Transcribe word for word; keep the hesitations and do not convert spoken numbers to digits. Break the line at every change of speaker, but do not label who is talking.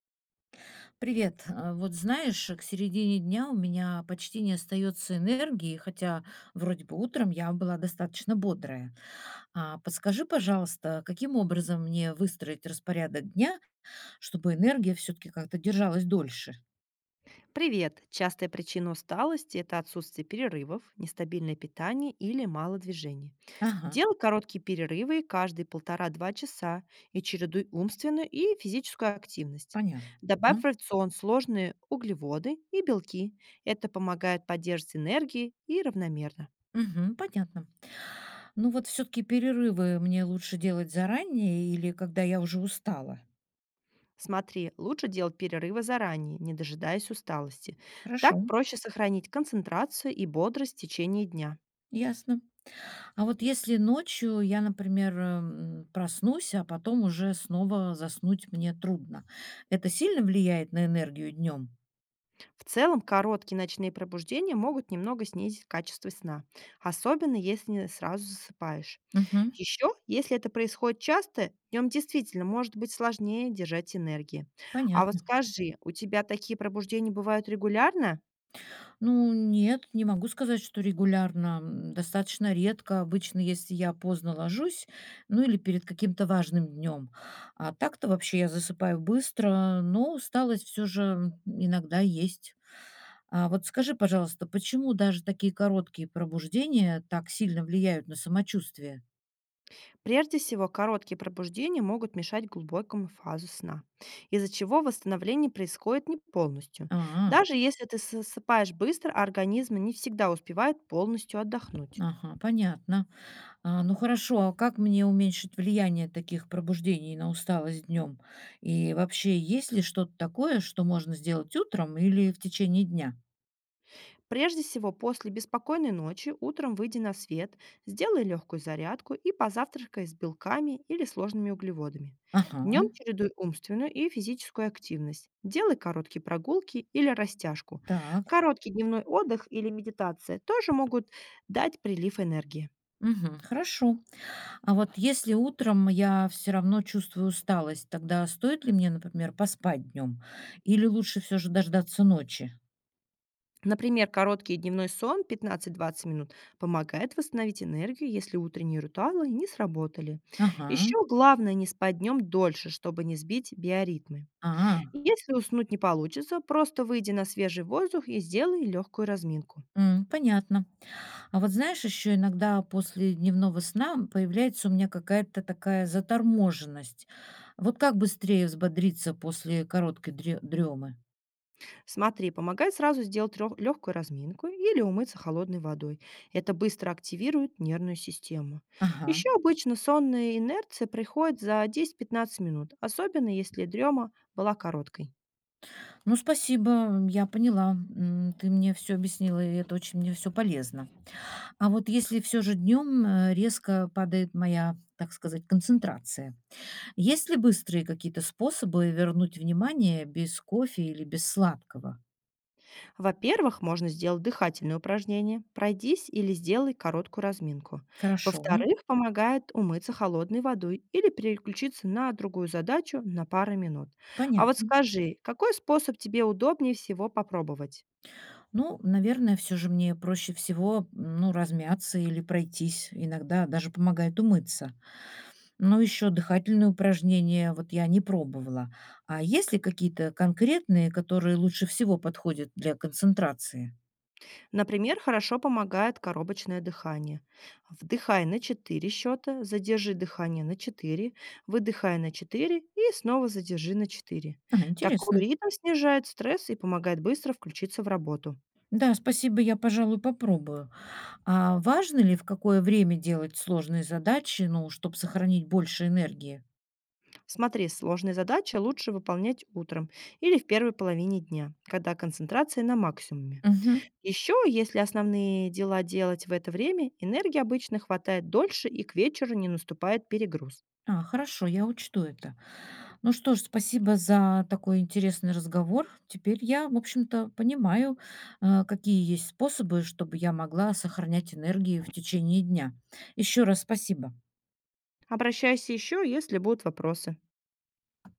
Привет. А, Вот знаешь, к середине дня у меня почти не остается энергии, хотя вроде бы утром я была достаточно бодрая. А подскажи, пожалуйста, каким образом мне выстроить распорядок дня, чтобы энергия все-таки как-то держалась дольше?
Привет! Частая причина усталости – это отсутствие перерывов, нестабильное питание или мало движения.
Ага,
Делай короткие перерывы каждые полтора-два часа и чередуй умственную и физическую активность.
понятно.
Добавь в рацион сложные углеводы и белки. Это помогает поддерживать энергии и равномерно.
Мгм, понятно. Ну вот все-таки перерывы мне лучше делать заранее или когда я уже устала.
Смотри, лучше делать перерывы заранее, не дожидаясь усталости.
Хорошо,
Так проще сохранить концентрацию и бодрость в течение дня.
ясно. А вот если ночью я, например, эм, проснусь, а потом уже снова заснуть мне трудно, это сильно влияет на энергию днем?
В целом, короткие ночные пробуждения могут немного снизить качество сна, особенно если не сразу засыпаешь.
Мгм.
Еще, если это происходит часто, днем действительно может быть сложнее держать энергии. А вот
Понятно.
скажи, у тебя такие пробуждения бывают регулярно?
Ну, нет, не могу сказать, что регулярно. м, Достаточно редко. Обычно, если я поздно ложусь, ну или перед каким-то важным днем. А так-то вообще я засыпаю быстро, но усталость все же иногда есть. А вот скажи, пожалуйста, почему даже такие короткие пробуждения так сильно влияют на самочувствие?
Прежде всего, короткие пробуждения могут мешать глубокому фазу сна, из-за чего восстановление происходит не полностью.
А,
Даже если ты засыпаешь быстро, организм не всегда успевает полностью отдохнуть.
ага, понятно. А, ну хорошо, а как мне уменьшить влияние таких пробуждений на усталость днем? И вообще, есть ли что-то такое, что можно сделать утром или в течение дня?
Прежде всего, после беспокойной ночи утром выйди на свет, сделай легкую зарядку и позавтракай с белками или сложными углеводами. Днем
Ага,
чередуй умственную и физическую активность. Делай короткие прогулки или растяжку.
так.
Короткий дневной отдых или медитация тоже могут дать прилив энергии.
Мгм, хорошо. А вот если утром я все равно чувствую усталость, тогда стоит ли мне, например, поспать днем? Или лучше все же дождаться ночи?
Например, короткий дневной сон пятнадцать-двадцать минут помогает восстановить энергию, если утренние ритуалы не сработали.
Ага,
Еще главное не спать днем дольше, чтобы не сбить биоритмы.
а,
Если уснуть не получится, просто выйди на свежий воздух и сделай легкую разминку.
м, понятно. А вот знаешь, еще иногда после дневного сна появляется у меня какая-то такая заторможенность. Вот как быстрее взбодриться после короткой дре- дремы?
Смотри, помогай сразу сделать легкую разминку или умыться холодной водой. Это быстро активирует нервную систему.
Ага.
Еще обычно сонная инерция приходит за десять пятнадцать минут, особенно если дрема была короткой.
Ну, спасибо, я поняла. М, Ты мне все объяснила, и это очень мне все полезно. А вот если все же днем резко падает моя, так сказать, концентрация, есть ли быстрые какие-то способы вернуть внимание без кофе или без сладкого?
Во-первых, можно сделать дыхательные упражнения, пройдись или сделай короткую разминку.
Хорошо,
Во-вторых, помогает умыться холодной водой или переключиться на другую задачу на пару минут. А вот
понятно.
скажи, какой способ тебе удобнее всего попробовать?
Ну, наверное, все же мне проще всего, ну, размяться или пройтись. Иногда даже помогает умыться. Но еще дыхательные упражнения вот я не пробовала. А есть ли какие-то конкретные, которые лучше всего подходят для концентрации?
Например, хорошо помогает коробочное дыхание. Вдыхай на четыре счета, задержи дыхание на четыре, выдыхай на четыре и снова задержи на четыре.
А,
Такой
интересно.
ритм снижает стресс и помогает быстро включиться в работу.
Да, спасибо, я, пожалуй, попробую. А важно ли в какое время делать сложные задачи, ну, чтобы сохранить больше энергии?
Смотри, сложные задачи лучше выполнять утром или в первой половине дня, когда концентрация на максимуме.
Мгм.
Еще, если основные дела делать в это время, энергии обычно хватает дольше и к вечеру не наступает перегруз.
А, хорошо, я учту это. Ну что ж, спасибо за такой интересный разговор. Теперь я, в общем-то, понимаю, э, какие есть способы, чтобы я могла сохранять энергию в течение дня. Еще раз спасибо.
Обращайся еще, если будут вопросы.